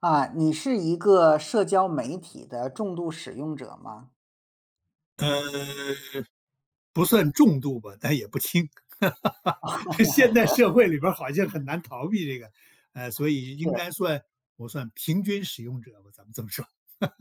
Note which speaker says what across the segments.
Speaker 1: 啊，你是一个社交媒体的重度使用者吗？
Speaker 2: 呃，不算重度吧，但也不轻。这现代社会里边儿好像很难逃避这个，所以应
Speaker 1: 是。
Speaker 2: 该算我算平均使用者吧，咱们这么说。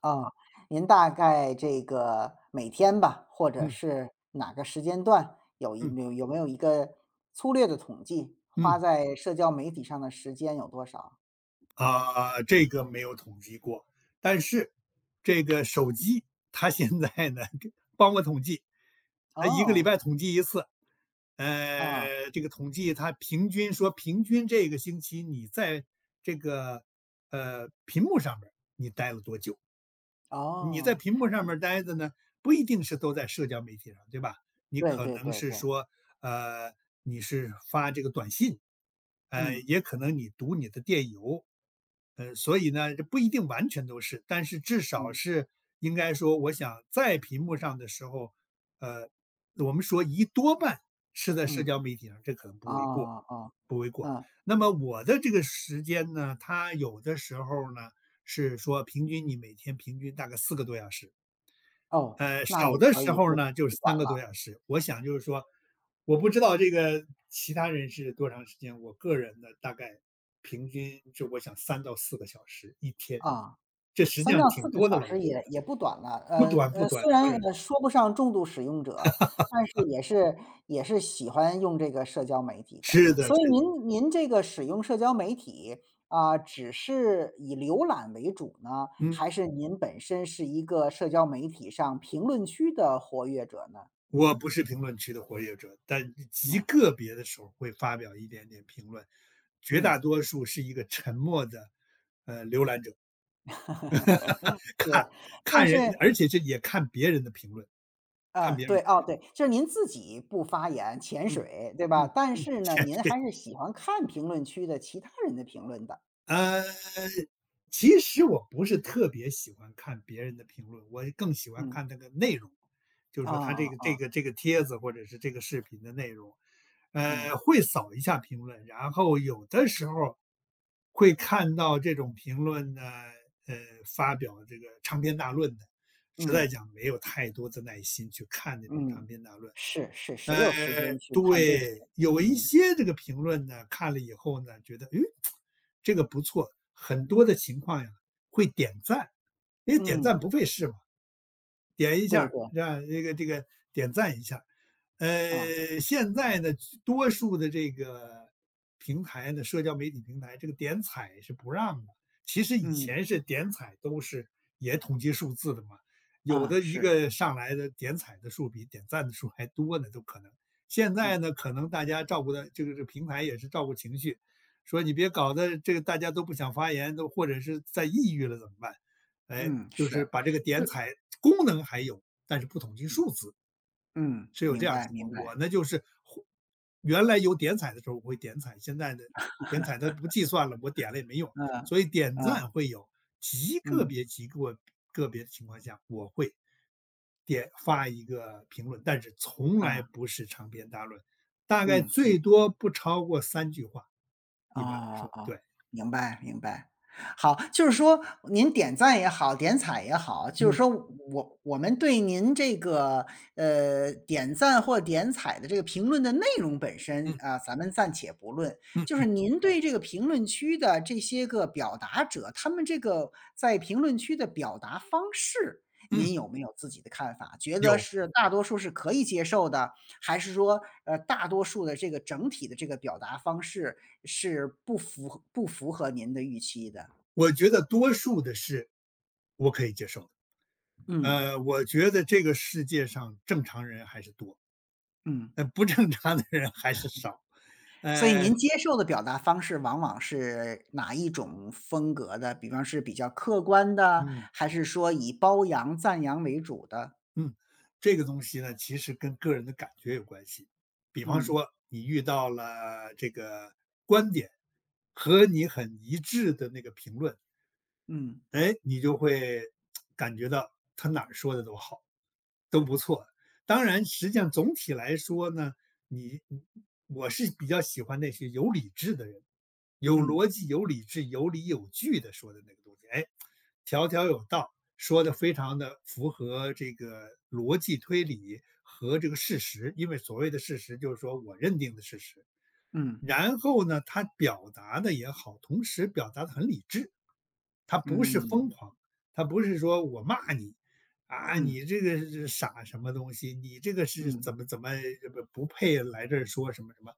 Speaker 1: 啊，您大概这个每天吧，或者
Speaker 2: 嗯
Speaker 1: 是哪个时间段，有一
Speaker 2: 嗯
Speaker 1: 有有没有一个粗略的统计，花
Speaker 2: 嗯。
Speaker 1: 在社交媒体上的时间有多少？
Speaker 2: 啊，这个没有统计过，但是这个手机它现在呢，帮我统计，它一个礼
Speaker 1: 哦，
Speaker 2: 拜统计一次。
Speaker 1: 啊，
Speaker 2: 呃，这个统计它平均说，平均这个星期你在这个，屏幕上边儿你待了多久？你在
Speaker 1: 哦，
Speaker 2: 屏幕上面待着呢，不一定是都在社交媒体上，对吧？你
Speaker 1: 对
Speaker 2: 可
Speaker 1: 对
Speaker 2: 能
Speaker 1: 对
Speaker 2: 是
Speaker 1: 对，
Speaker 2: 说，呃，你是发这个短信，
Speaker 1: 嗯
Speaker 2: 也可能你读你的电邮，所以呢，这不一定完全都是，但是至少
Speaker 1: 嗯
Speaker 2: 是应该说，我想在屏幕上的时候，呃，我们说一多半是在社
Speaker 1: 嗯，
Speaker 2: 交媒体上，这可能不为过，
Speaker 1: 哦哦，
Speaker 2: 不为过。
Speaker 1: 嗯，
Speaker 2: 那么我的这个时间呢，它有的时候呢。是说平均你每天平均大概4个多小时，
Speaker 1: 哦，那
Speaker 2: 少
Speaker 1: 也
Speaker 2: 的
Speaker 1: 可
Speaker 2: 时
Speaker 1: 以不
Speaker 2: 候呢就
Speaker 1: 不
Speaker 2: 是
Speaker 1: 管
Speaker 2: 三个多
Speaker 1: 了，
Speaker 2: 小时。我想就是说，我不知道这个其他人是多长时间，我个人呢大概平均就我想3到4个小时一天，
Speaker 1: 啊。
Speaker 2: 这实际
Speaker 1: 三到
Speaker 2: 上挺
Speaker 1: 四个
Speaker 2: 多的
Speaker 1: 小
Speaker 2: 了，
Speaker 1: 时
Speaker 2: 我觉
Speaker 1: 也
Speaker 2: 得。
Speaker 1: 也不短了，
Speaker 2: 不短不短，
Speaker 1: 虽
Speaker 2: 当
Speaker 1: 然，
Speaker 2: 然。
Speaker 1: 说不上重度使用者，但是也是喜欢用这个社交媒体的。
Speaker 2: 是的
Speaker 1: 所以
Speaker 2: 是的，
Speaker 1: 您这个使用社交媒体，啊，只是以浏览为主呢，
Speaker 2: 嗯，
Speaker 1: 还是您本身是一个社交媒体上评论区的活跃者呢？
Speaker 2: 我不是评论区的活跃者，但极
Speaker 1: 嗯，
Speaker 2: 个别的时候会发表一点点评论，绝大
Speaker 1: 嗯，
Speaker 2: 多数是一个沉默的，浏览者。
Speaker 1: 是，
Speaker 2: 看
Speaker 1: 但
Speaker 2: 看
Speaker 1: 是
Speaker 2: 人，而且这也看别人的评论，看
Speaker 1: 啊，
Speaker 2: 别
Speaker 1: 对，
Speaker 2: 人，
Speaker 1: 哦，对，就是您自己不发言潜
Speaker 2: 嗯
Speaker 1: 水，对吧？
Speaker 2: 嗯
Speaker 1: 但
Speaker 2: 嗯，
Speaker 1: 是呢，您还
Speaker 2: 对
Speaker 1: 是喜欢看评论区的其他人的评论的。
Speaker 2: 呃，其实我不是特别喜欢看别人的评论，我更喜欢
Speaker 1: 嗯，
Speaker 2: 看那个内容，就是
Speaker 1: 啊
Speaker 2: 说他这
Speaker 1: 啊
Speaker 2: 个这
Speaker 1: 啊，
Speaker 2: 个这个帖子或者是这个视频的内容，
Speaker 1: 嗯
Speaker 2: 会扫一下评论，然后有的时候会看到这种评论呢，呃，发表这个长篇大论的，实
Speaker 1: 嗯
Speaker 2: 在讲没有太多的耐心去看那种长
Speaker 1: 嗯，
Speaker 2: 篇大论。
Speaker 1: 是是，谁
Speaker 2: 呃，
Speaker 1: 有时间去看这些？
Speaker 2: 对，有一
Speaker 1: 嗯
Speaker 2: 些这个评论呢，看了以后呢，觉得，诶，这个不错，很多的情况呀会点赞，因为点赞
Speaker 1: 嗯，
Speaker 2: 不费事嘛。点一下
Speaker 1: 对
Speaker 2: 儿，
Speaker 1: 对，
Speaker 2: 这样这个点赞一下儿。
Speaker 1: 啊，
Speaker 2: 现在呢，多数的这个平台呢，社交媒体平台，这个点彩是不让的。其实以
Speaker 1: 嗯
Speaker 2: 前是点彩都是也统计数字的嘛，有
Speaker 1: 啊，
Speaker 2: 的一
Speaker 1: 是，
Speaker 2: 个上来的点彩的数比点赞的数还多呢，都可能。现
Speaker 1: 嗯
Speaker 2: 在呢，可能大家照顾的这个平台也是照顾情绪，说你别搞得这个大家都不想发言，都或者是在抑郁了怎么办？哎，
Speaker 1: 嗯
Speaker 2: 就
Speaker 1: 是，
Speaker 2: 是把这个点彩功能还有，但是不统计数字，
Speaker 1: 嗯，
Speaker 2: 是有
Speaker 1: 明
Speaker 2: 这样的
Speaker 1: 白
Speaker 2: 情
Speaker 1: 明
Speaker 2: 况。我
Speaker 1: 白，
Speaker 2: 呢就是会原来有点彩的时候我会点彩，现在呢点彩它不计算了，我点了也没用，
Speaker 1: 嗯
Speaker 2: 所以点
Speaker 1: 嗯
Speaker 2: 赞会有，极个
Speaker 1: 嗯
Speaker 2: 别极个个别的情况下，我会点发一个评论，但是从来
Speaker 1: 啊
Speaker 2: 不是长篇大论，大概
Speaker 1: 嗯。
Speaker 2: 最多不超过3句话，一般来
Speaker 1: 哦
Speaker 2: 说，
Speaker 1: 哦，
Speaker 2: 对，
Speaker 1: 明白明白。好，就是说您点赞也好，点彩也好，就是
Speaker 2: 嗯
Speaker 1: 说我们对您这个，点赞或点彩的这个评论的内容本身，
Speaker 2: 嗯
Speaker 1: 啊，咱们暂且不论，
Speaker 2: 嗯
Speaker 1: 就是对这个评论区的这些个表达者，他们这个在评论区的表达方式，
Speaker 2: 嗯，
Speaker 1: 您有没有自己的看法？觉得
Speaker 2: 有，
Speaker 1: 是大多数是可以接受的，还是说，大多数的这个整体的这个表达方式是不符合您的预期的？
Speaker 2: 我觉得多数的是我可以接受的。
Speaker 1: 嗯，
Speaker 2: 我觉得这个世界上正常人还是多，
Speaker 1: 嗯，
Speaker 2: 不正常的人还是少。
Speaker 1: 所以
Speaker 2: 呃，
Speaker 1: 您接受的表达方式往往是哪一种风格的？比方是比较客观的，
Speaker 2: 嗯
Speaker 1: 还是说以褒扬、赞扬为主的？
Speaker 2: 嗯，这个东西呢，其实跟个人的感觉有关系。比方
Speaker 1: 嗯，
Speaker 2: 说，你遇到了这个观点和你很一致的那个评论，
Speaker 1: 嗯，
Speaker 2: 哎，你就会感觉到他哪儿说的都好，都不错。当然，实际上总体来说呢，你我是比较喜欢那些有理智的人，有
Speaker 1: 嗯，
Speaker 2: 逻辑、有理智、有理有据的说的那个东西。哎，条条有道，说的非常的符合这个逻辑推理和这个事实，因为所谓的事实就是说我认定的事实。
Speaker 1: 嗯，
Speaker 2: 然后呢，他表达的也好，同时表达的很理智。他不是
Speaker 1: 嗯，
Speaker 2: 疯狂，他不是说我骂你，啊，
Speaker 1: 嗯，
Speaker 2: 你这个是傻什么东西，你这个是
Speaker 1: 嗯，
Speaker 2: 怎么怎么不配来这儿说什么什么。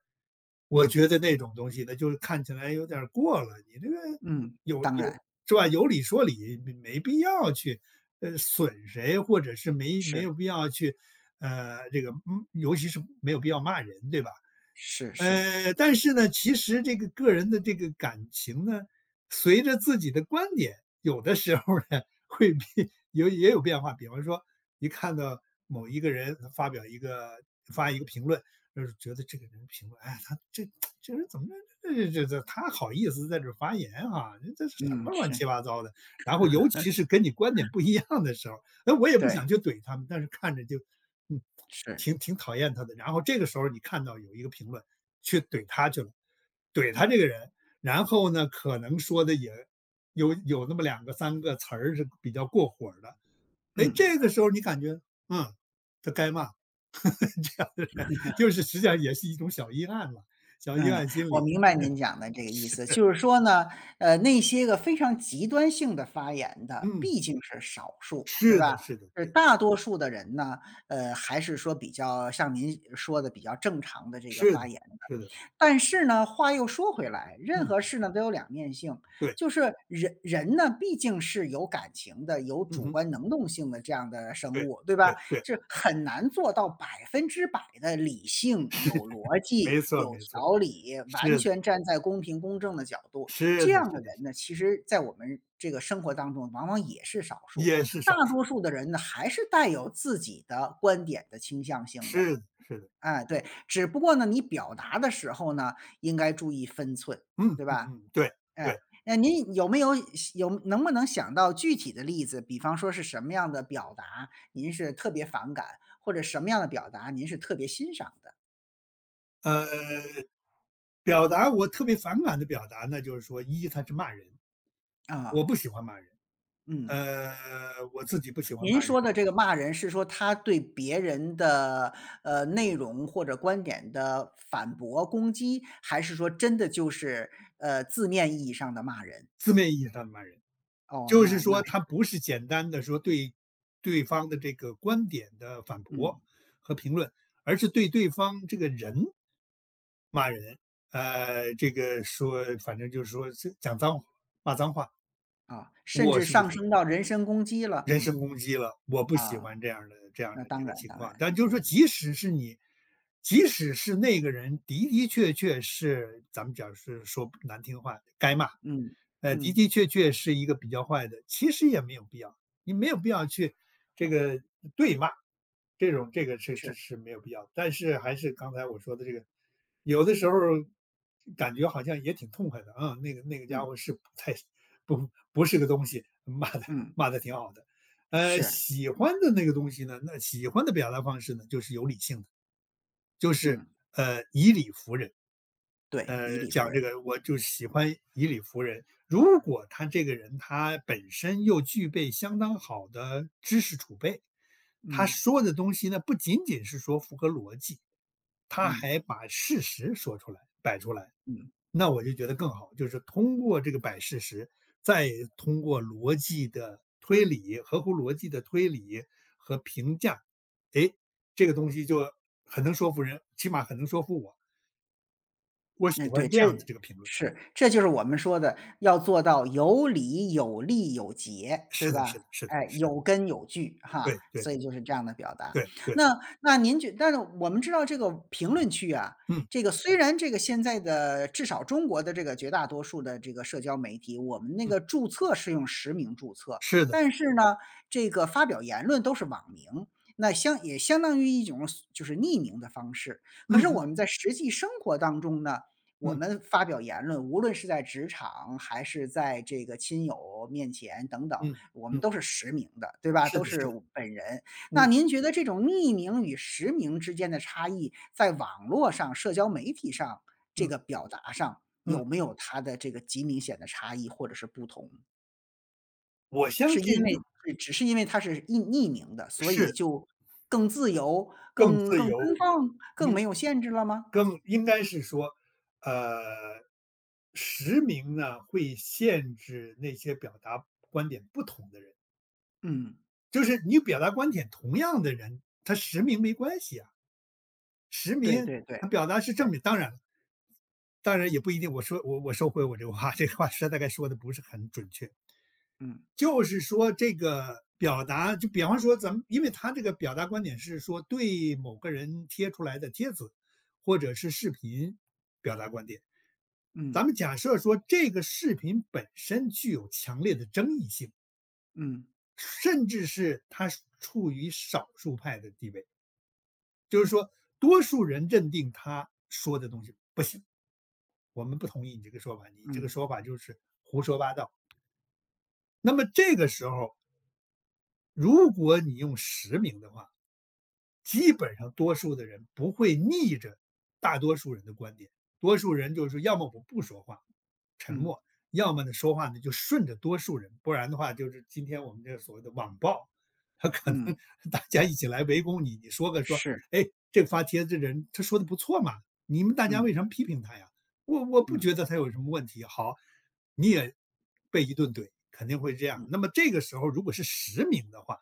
Speaker 2: 我觉得那种东西呢，就是看起来有点儿过了，你这个
Speaker 1: 嗯，
Speaker 2: 有
Speaker 1: 当然，
Speaker 2: 有是吧？有理说理，没必要去，损谁，或者是没
Speaker 1: 是，
Speaker 2: 有必要去，这个嗯，尤其是没有必要骂人，对吧？
Speaker 1: 是，是，
Speaker 2: 但是呢，其实这个个人的这个感情呢，随着自己的观点，有的时候呢会变有也有变化。比方说，一看到某一个人他发表一个发一个评论，就是觉得这个人评论，哎，这人怎么,这这这这他好意思在这儿发言啊？这是什
Speaker 1: 嗯，
Speaker 2: 么乱
Speaker 1: 是，
Speaker 2: 七八糟的？然后尤其是跟你观点不一样的时候，那我也不
Speaker 1: 对，
Speaker 2: 想去怼他们，但是看着就，嗯，
Speaker 1: 是，
Speaker 2: 挺讨厌他的。然后这个时候你看到有一个评论。去怼他去了，怼他这个人，然后呢，可能说的也那么两个三个词儿是比较过火儿的，哎，
Speaker 1: 嗯。
Speaker 2: 这个时候你感觉，嗯，他该骂 这样的人，就是实际上也是一种小阴暗嘛，小阴
Speaker 1: 嗯，
Speaker 2: 暗心
Speaker 1: 我
Speaker 2: 理，
Speaker 1: 明白您讲的这个意
Speaker 2: 是，
Speaker 1: 思，就是说呢，那些个非常极端性的发言的，
Speaker 2: 嗯，
Speaker 1: 毕竟是少数，对
Speaker 2: 是的，
Speaker 1: 吧？
Speaker 2: 是的，
Speaker 1: 是
Speaker 2: 对，
Speaker 1: 大多数的人呢，还是说比较像您说的比较正常的这个
Speaker 2: 是
Speaker 1: 发
Speaker 2: 的，
Speaker 1: 言。
Speaker 2: 是的，
Speaker 1: 但是呢，话又说回来，任
Speaker 2: 嗯，
Speaker 1: 何事呢都有两面性，
Speaker 2: 对，
Speaker 1: 就是人人呢毕竟是有感情的、有
Speaker 2: 嗯
Speaker 1: 主
Speaker 2: 哼，
Speaker 1: 观能动性的这样的生
Speaker 2: 对，
Speaker 1: 物，对吧？
Speaker 2: 对，对，
Speaker 1: 是很难做到百分之百的理性、有逻辑、
Speaker 2: 没错，
Speaker 1: 有
Speaker 2: 没错，
Speaker 1: 条理，完
Speaker 2: 是的，
Speaker 1: 全站在公平公正的角度。
Speaker 2: 是
Speaker 1: 这
Speaker 2: 的，
Speaker 1: 样的
Speaker 2: 是的，
Speaker 1: 人
Speaker 2: 是的，
Speaker 1: 呢，其实在我们这个生活当中，往往也是少数。
Speaker 2: 也是
Speaker 1: 大
Speaker 2: 少数，
Speaker 1: 多数的人呢，还是带有自己的观点的倾向性的。
Speaker 2: 是的，是的，
Speaker 1: 哎，对，只不过呢，你表达的时候呢，应该注意分寸，
Speaker 2: 嗯
Speaker 1: 对
Speaker 2: 嗯
Speaker 1: 吧？
Speaker 2: 嗯，对
Speaker 1: 哎，
Speaker 2: 对，
Speaker 1: 那您有没有有能不能想到具体的例子？比方说是什么样的表达您是特别反感，或者什么样的表达您是特别欣赏的？
Speaker 2: 呃，表达我特别反感的表达呢，就是说，一他是骂人，我
Speaker 1: 啊，
Speaker 2: 不喜欢骂人，
Speaker 1: 嗯，
Speaker 2: 我自己不喜欢
Speaker 1: 您
Speaker 2: 骂人，
Speaker 1: 说的这个骂人是说他对别人的内容或者观点的反驳攻击，还是说真的就是字面意义上的骂人？
Speaker 2: 字面意义上的骂人，
Speaker 1: 哦，
Speaker 2: 就是
Speaker 1: 那
Speaker 2: 说
Speaker 1: 是
Speaker 2: 他不是简单的说对对方的这个观点的反
Speaker 1: 嗯。
Speaker 2: 驳和评论，而是对对方这个人骂人，这个说反正就是说是讲脏话、骂脏话，
Speaker 1: 啊，甚
Speaker 2: 我
Speaker 1: 至
Speaker 2: 是不
Speaker 1: 上
Speaker 2: 喜欢。
Speaker 1: 升到人身攻击了，
Speaker 2: 人身攻击了，我不喜
Speaker 1: 啊，
Speaker 2: 欢这样的这样
Speaker 1: 那
Speaker 2: 的
Speaker 1: 当
Speaker 2: 这个
Speaker 1: 然
Speaker 2: 情
Speaker 1: 当
Speaker 2: 况。
Speaker 1: 然，
Speaker 2: 但就是说，
Speaker 1: 嗯，
Speaker 2: 即使是你，即使是那个人的的确确是，咱们讲是说难听话，该骂，
Speaker 1: 嗯，
Speaker 2: 的
Speaker 1: 嗯，
Speaker 2: 的确确是一个比较坏的，其实也没有必要，你没有必要去这个对骂，这种这个是这
Speaker 1: 是，
Speaker 2: 是没有必要。但是还是刚才我说的这个，有的时候感觉好像也挺痛快的啊，那个那个家
Speaker 1: 嗯，
Speaker 2: 伙是不太 不是个东西，骂的
Speaker 1: 嗯，
Speaker 2: 骂的挺好的。
Speaker 1: 是，
Speaker 2: 喜欢的那个东西呢，那喜欢的表达方式呢，就是有理性的，就是
Speaker 1: 嗯，
Speaker 2: 以理服人。
Speaker 1: 对，以理服
Speaker 2: 讲
Speaker 1: 人，
Speaker 2: 这个我就喜欢以理服人。如果他这个人他本身又具备相当好的知识储备，他
Speaker 1: 嗯，
Speaker 2: 说的东西呢，不仅仅是说符合逻辑，他
Speaker 1: 嗯，
Speaker 2: 还把事实说出来摆出来。
Speaker 1: 嗯。
Speaker 2: 那我就觉得更好，就是通过这个摆事实，再通过逻辑的推理、合乎逻辑的推理和评价，诶，这个东西就很能说服人，起码很能说服我。我喜
Speaker 1: 嗯，对，
Speaker 2: 欢这
Speaker 1: 这
Speaker 2: 样的这个评论，
Speaker 1: 是这就是我们说的要做到有理、有利、有节，对
Speaker 2: 是的，
Speaker 1: 吧？
Speaker 2: 是的，是的，
Speaker 1: 哎，
Speaker 2: 是的，
Speaker 1: 有根有据哈，
Speaker 2: 对对
Speaker 1: 所以就是这样的表达。
Speaker 2: 对对，
Speaker 1: 那但是我们知道这个评论区啊，
Speaker 2: 嗯
Speaker 1: 这个虽然这个现在的至少中国的这个绝大多数的这个社交媒体，我们那
Speaker 2: 嗯，
Speaker 1: 个注册是用实名注册，
Speaker 2: 是的，
Speaker 1: 但是呢，这个发表言论都是网名，那也相当于一种就是匿名的方式。可
Speaker 2: 嗯
Speaker 1: 是我
Speaker 2: 嗯
Speaker 1: 们在实际生活当中呢，我
Speaker 2: 嗯
Speaker 1: 们发表言论，无论是在职场还是在这个亲友面前等等，
Speaker 2: 嗯
Speaker 1: 我们
Speaker 2: 嗯，
Speaker 1: 都是实名的，对吧？
Speaker 2: 是
Speaker 1: 都
Speaker 2: 的，
Speaker 1: 是
Speaker 2: 是的，
Speaker 1: 我本人。那
Speaker 2: 嗯
Speaker 1: 您觉得这种匿名与实名之间的差异，在网络上、社交媒体上这
Speaker 2: 嗯
Speaker 1: 个表达上，
Speaker 2: 嗯，
Speaker 1: 有没有它的这个极明显的差异或者是不同？
Speaker 2: 我相
Speaker 1: 是因
Speaker 2: 信就
Speaker 1: 为是只是因为它是匿名的，所以
Speaker 2: 是
Speaker 1: 就更自由、
Speaker 2: 更
Speaker 1: 更
Speaker 2: 自
Speaker 1: 更奔
Speaker 2: 由，
Speaker 1: 放、更
Speaker 2: 因
Speaker 1: 没有限制了吗？
Speaker 2: 更应该是说，呃，实名呢会限制那些表达观点不同的人，
Speaker 1: 嗯，
Speaker 2: 就是你表达观点同样的人，他实名没关系啊，实
Speaker 1: 对
Speaker 2: 名
Speaker 1: 对对
Speaker 2: 他表达是
Speaker 1: 对，
Speaker 2: 正面，当然了，当然也不一定。我说我收回我这个话，这个话实在大概说的不是很准确，
Speaker 1: 嗯
Speaker 2: 就是说这个表达，就比方说咱们，因为他这个表达观点是说对某个人贴出来的帖子，或者是视频表达观点。
Speaker 1: 嗯。
Speaker 2: 咱们假设说这个视频本身具有强烈的争议性，
Speaker 1: 嗯，
Speaker 2: 甚至是它处于少数派的地位，就是说多数人认定他说的东西，我们不同意你这个说法，你这个
Speaker 1: 嗯，
Speaker 2: 说法就是胡说八道。那么这个时候，如果你用实名的话，基本上多数的人不会逆着大多数人的观点，多数人就是说，要么我不说话，沉
Speaker 1: 嗯，
Speaker 2: 默，要么呢说话呢就顺着多数人，不然的话就是今天我们这个所谓的网暴，他可能
Speaker 1: 嗯，
Speaker 2: 大家一起来围攻你，你说个说，
Speaker 1: 是，
Speaker 2: 哎，这个发帖子这人他说的不错嘛，你们大家
Speaker 1: 嗯，
Speaker 2: 为什么批评他呀？我不
Speaker 1: 嗯，
Speaker 2: 觉得他有什么问题。好，你也被一顿怼，肯定会这样。
Speaker 1: 嗯。
Speaker 2: 那么这个时候如果是实名的话，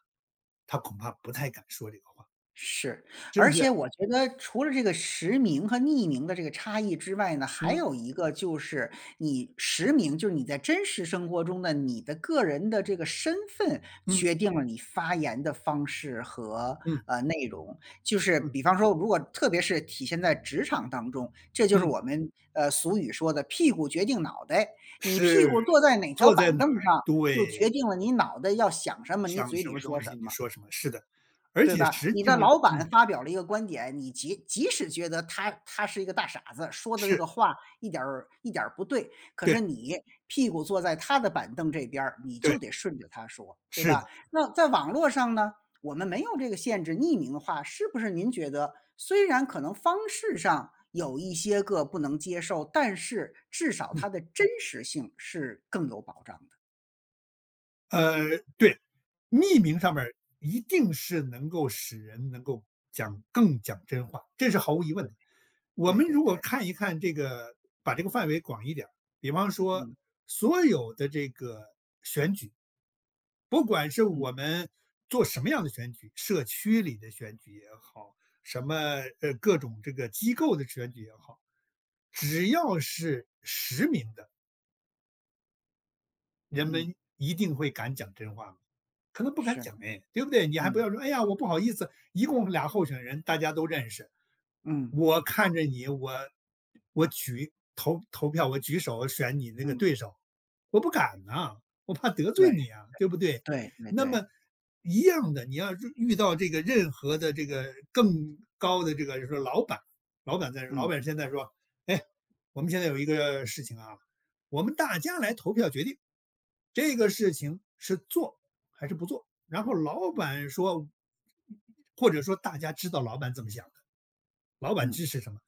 Speaker 2: 他恐怕不太敢说这个话，
Speaker 1: 是，
Speaker 2: 是不
Speaker 1: 而
Speaker 2: 是？
Speaker 1: 且我觉得除了这个实名和匿名的这个差异之外呢，还
Speaker 2: 嗯
Speaker 1: 有一个就是你实名，就是你在真实生活中的你的个人的这个身份，
Speaker 2: 嗯
Speaker 1: 决定了你发言的方式和
Speaker 2: 嗯
Speaker 1: 内容。就是
Speaker 2: 嗯
Speaker 1: 比方说，如果特别是体现在职场当中，这就是
Speaker 2: 嗯，
Speaker 1: 我们俗语说的"屁股决定脑袋"，你屁
Speaker 2: 是
Speaker 1: 股坐在哪条
Speaker 2: 坐在
Speaker 1: 板
Speaker 2: 哪
Speaker 1: 凳
Speaker 2: 儿？
Speaker 1: 上，
Speaker 2: 对，
Speaker 1: 就决定了你脑袋要想什么，你
Speaker 2: 想
Speaker 1: 嘴
Speaker 2: 什
Speaker 1: 里
Speaker 2: 么
Speaker 1: 说
Speaker 2: 东
Speaker 1: 什
Speaker 2: 西你
Speaker 1: 么。
Speaker 2: 说什么，是的。而
Speaker 1: 对
Speaker 2: 且
Speaker 1: 吧？
Speaker 2: 实
Speaker 1: 你
Speaker 2: 际
Speaker 1: 的
Speaker 2: 上
Speaker 1: 老板
Speaker 2: 嗯，
Speaker 1: 发表了一个观点，你即使觉得他是一个大傻子，说的这个
Speaker 2: 是，
Speaker 1: 话一点儿不对，可是
Speaker 2: 对
Speaker 1: 你屁股坐在他的板凳这边儿，你就
Speaker 2: 对，
Speaker 1: 得顺着他说，对
Speaker 2: 是
Speaker 1: 吧？
Speaker 2: 的，
Speaker 1: 那在网络上呢，我们没有这个限制，匿名的话，是不是？您觉得虽然可能方式上有一些个不能接受，但是至少
Speaker 2: 嗯，
Speaker 1: 它的真实性是更有保障的。
Speaker 2: 呃，对，匿名上面儿一定是能够使人能够讲更讲真话，这是毫无疑问的。我
Speaker 1: 对
Speaker 2: 们
Speaker 1: 对
Speaker 2: 如果
Speaker 1: 对，
Speaker 2: 看一看这个把这个范围广一点儿，比方说
Speaker 1: 嗯
Speaker 2: 所有的这个选举，不管是
Speaker 1: 嗯
Speaker 2: 我们做什么样的选举，社区里的选举也好，什么各种这个机构的选举也好，只要是实名的，人
Speaker 1: 嗯，
Speaker 2: 们一定会敢讲真话吗？可能不敢
Speaker 1: 是，
Speaker 2: 讲哎，对不对？你还不
Speaker 1: 嗯
Speaker 2: 要说，哎呀，我不好意思，一共俩候选人，大家都认识，
Speaker 1: 嗯
Speaker 2: 我看着你，我举投票，我举手选你那个
Speaker 1: 嗯，
Speaker 2: 对手，我不敢呐、我怕得罪
Speaker 1: 对。
Speaker 2: 你啊，对不对？
Speaker 1: 对对
Speaker 2: 那
Speaker 1: 对，
Speaker 2: 么一样的，你要是遇到这个任何的这个更高的这个，就是说老板，老板在老
Speaker 1: 嗯
Speaker 2: 板现在说，哎，我们现在有一个事情啊，我们大家来投票决定这个事情是做还是不做。然后老板说，或者说大家知道老板怎么想的，老板
Speaker 1: 嗯
Speaker 2: 支持什么。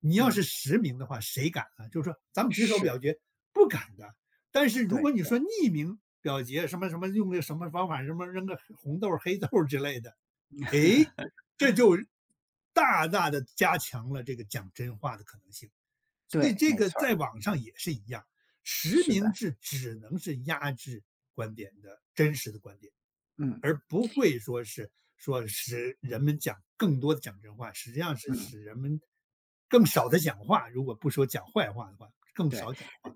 Speaker 2: 你要是
Speaker 1: 嗯，
Speaker 2: 实名的话，谁敢啊？就是说咱们举手表
Speaker 1: 是，
Speaker 2: 决，不敢的。但是如
Speaker 1: 对
Speaker 2: 果你说匿名表决，什么什么用个什么方法，什么扔个红豆、黑豆之类的，哎，这就大大的加强了这个讲真话的可能性。所以
Speaker 1: 对，
Speaker 2: 这
Speaker 1: 没
Speaker 2: 个
Speaker 1: 错儿，
Speaker 2: 在网
Speaker 1: 没错儿
Speaker 2: 上也是一样，实
Speaker 1: 是
Speaker 2: 名
Speaker 1: 的，
Speaker 2: 制只能是压制观点的真实的观点，
Speaker 1: 嗯
Speaker 2: 而不会说是说使人们讲更多的讲真话，实际上是
Speaker 1: 嗯，
Speaker 2: 使人们更少的讲话。如果不说讲坏话的话，更
Speaker 1: 对。
Speaker 2: 少讲话。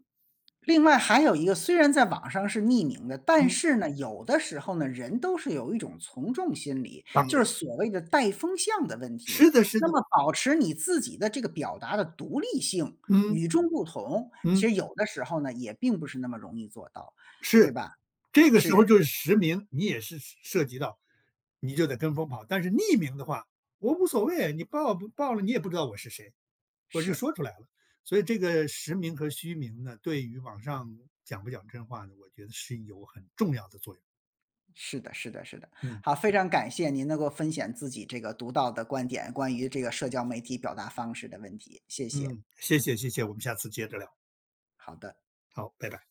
Speaker 1: 另外还有一个，虽然在网上是匿名的，但
Speaker 2: 嗯，
Speaker 1: 是呢，有的时候呢，人都是有一种从众心理，
Speaker 2: 当
Speaker 1: 就
Speaker 2: 然，
Speaker 1: 是所谓的带风向的问题。
Speaker 2: 是的，是
Speaker 1: 那
Speaker 2: 的，
Speaker 1: 么保持你自己的这个表达的独立性，
Speaker 2: 嗯
Speaker 1: 与众不同，
Speaker 2: 嗯。
Speaker 1: 其实有的时候呢，也并不是那么容易做到，对
Speaker 2: 是，
Speaker 1: 吧？
Speaker 2: 这个时候
Speaker 1: 是
Speaker 2: 就是实名，你也是涉及到，你就得跟风跑。但是匿名的话，我无所谓，你报不报了，你也不知道我是谁，我就
Speaker 1: 是。
Speaker 2: 说出来了。所以这个实名和虚名呢，对于网上讲不讲真话呢，我觉得是有很重要的作用。
Speaker 1: 是的，是的，是的。
Speaker 2: 嗯
Speaker 1: 好，非常感谢您能够分享自己这个独到的观点，关于这个社交媒体表达方式的问题，谢谢。
Speaker 2: 嗯，谢谢谢谢，我们下次接着聊，
Speaker 1: 好的。
Speaker 2: 好，拜拜。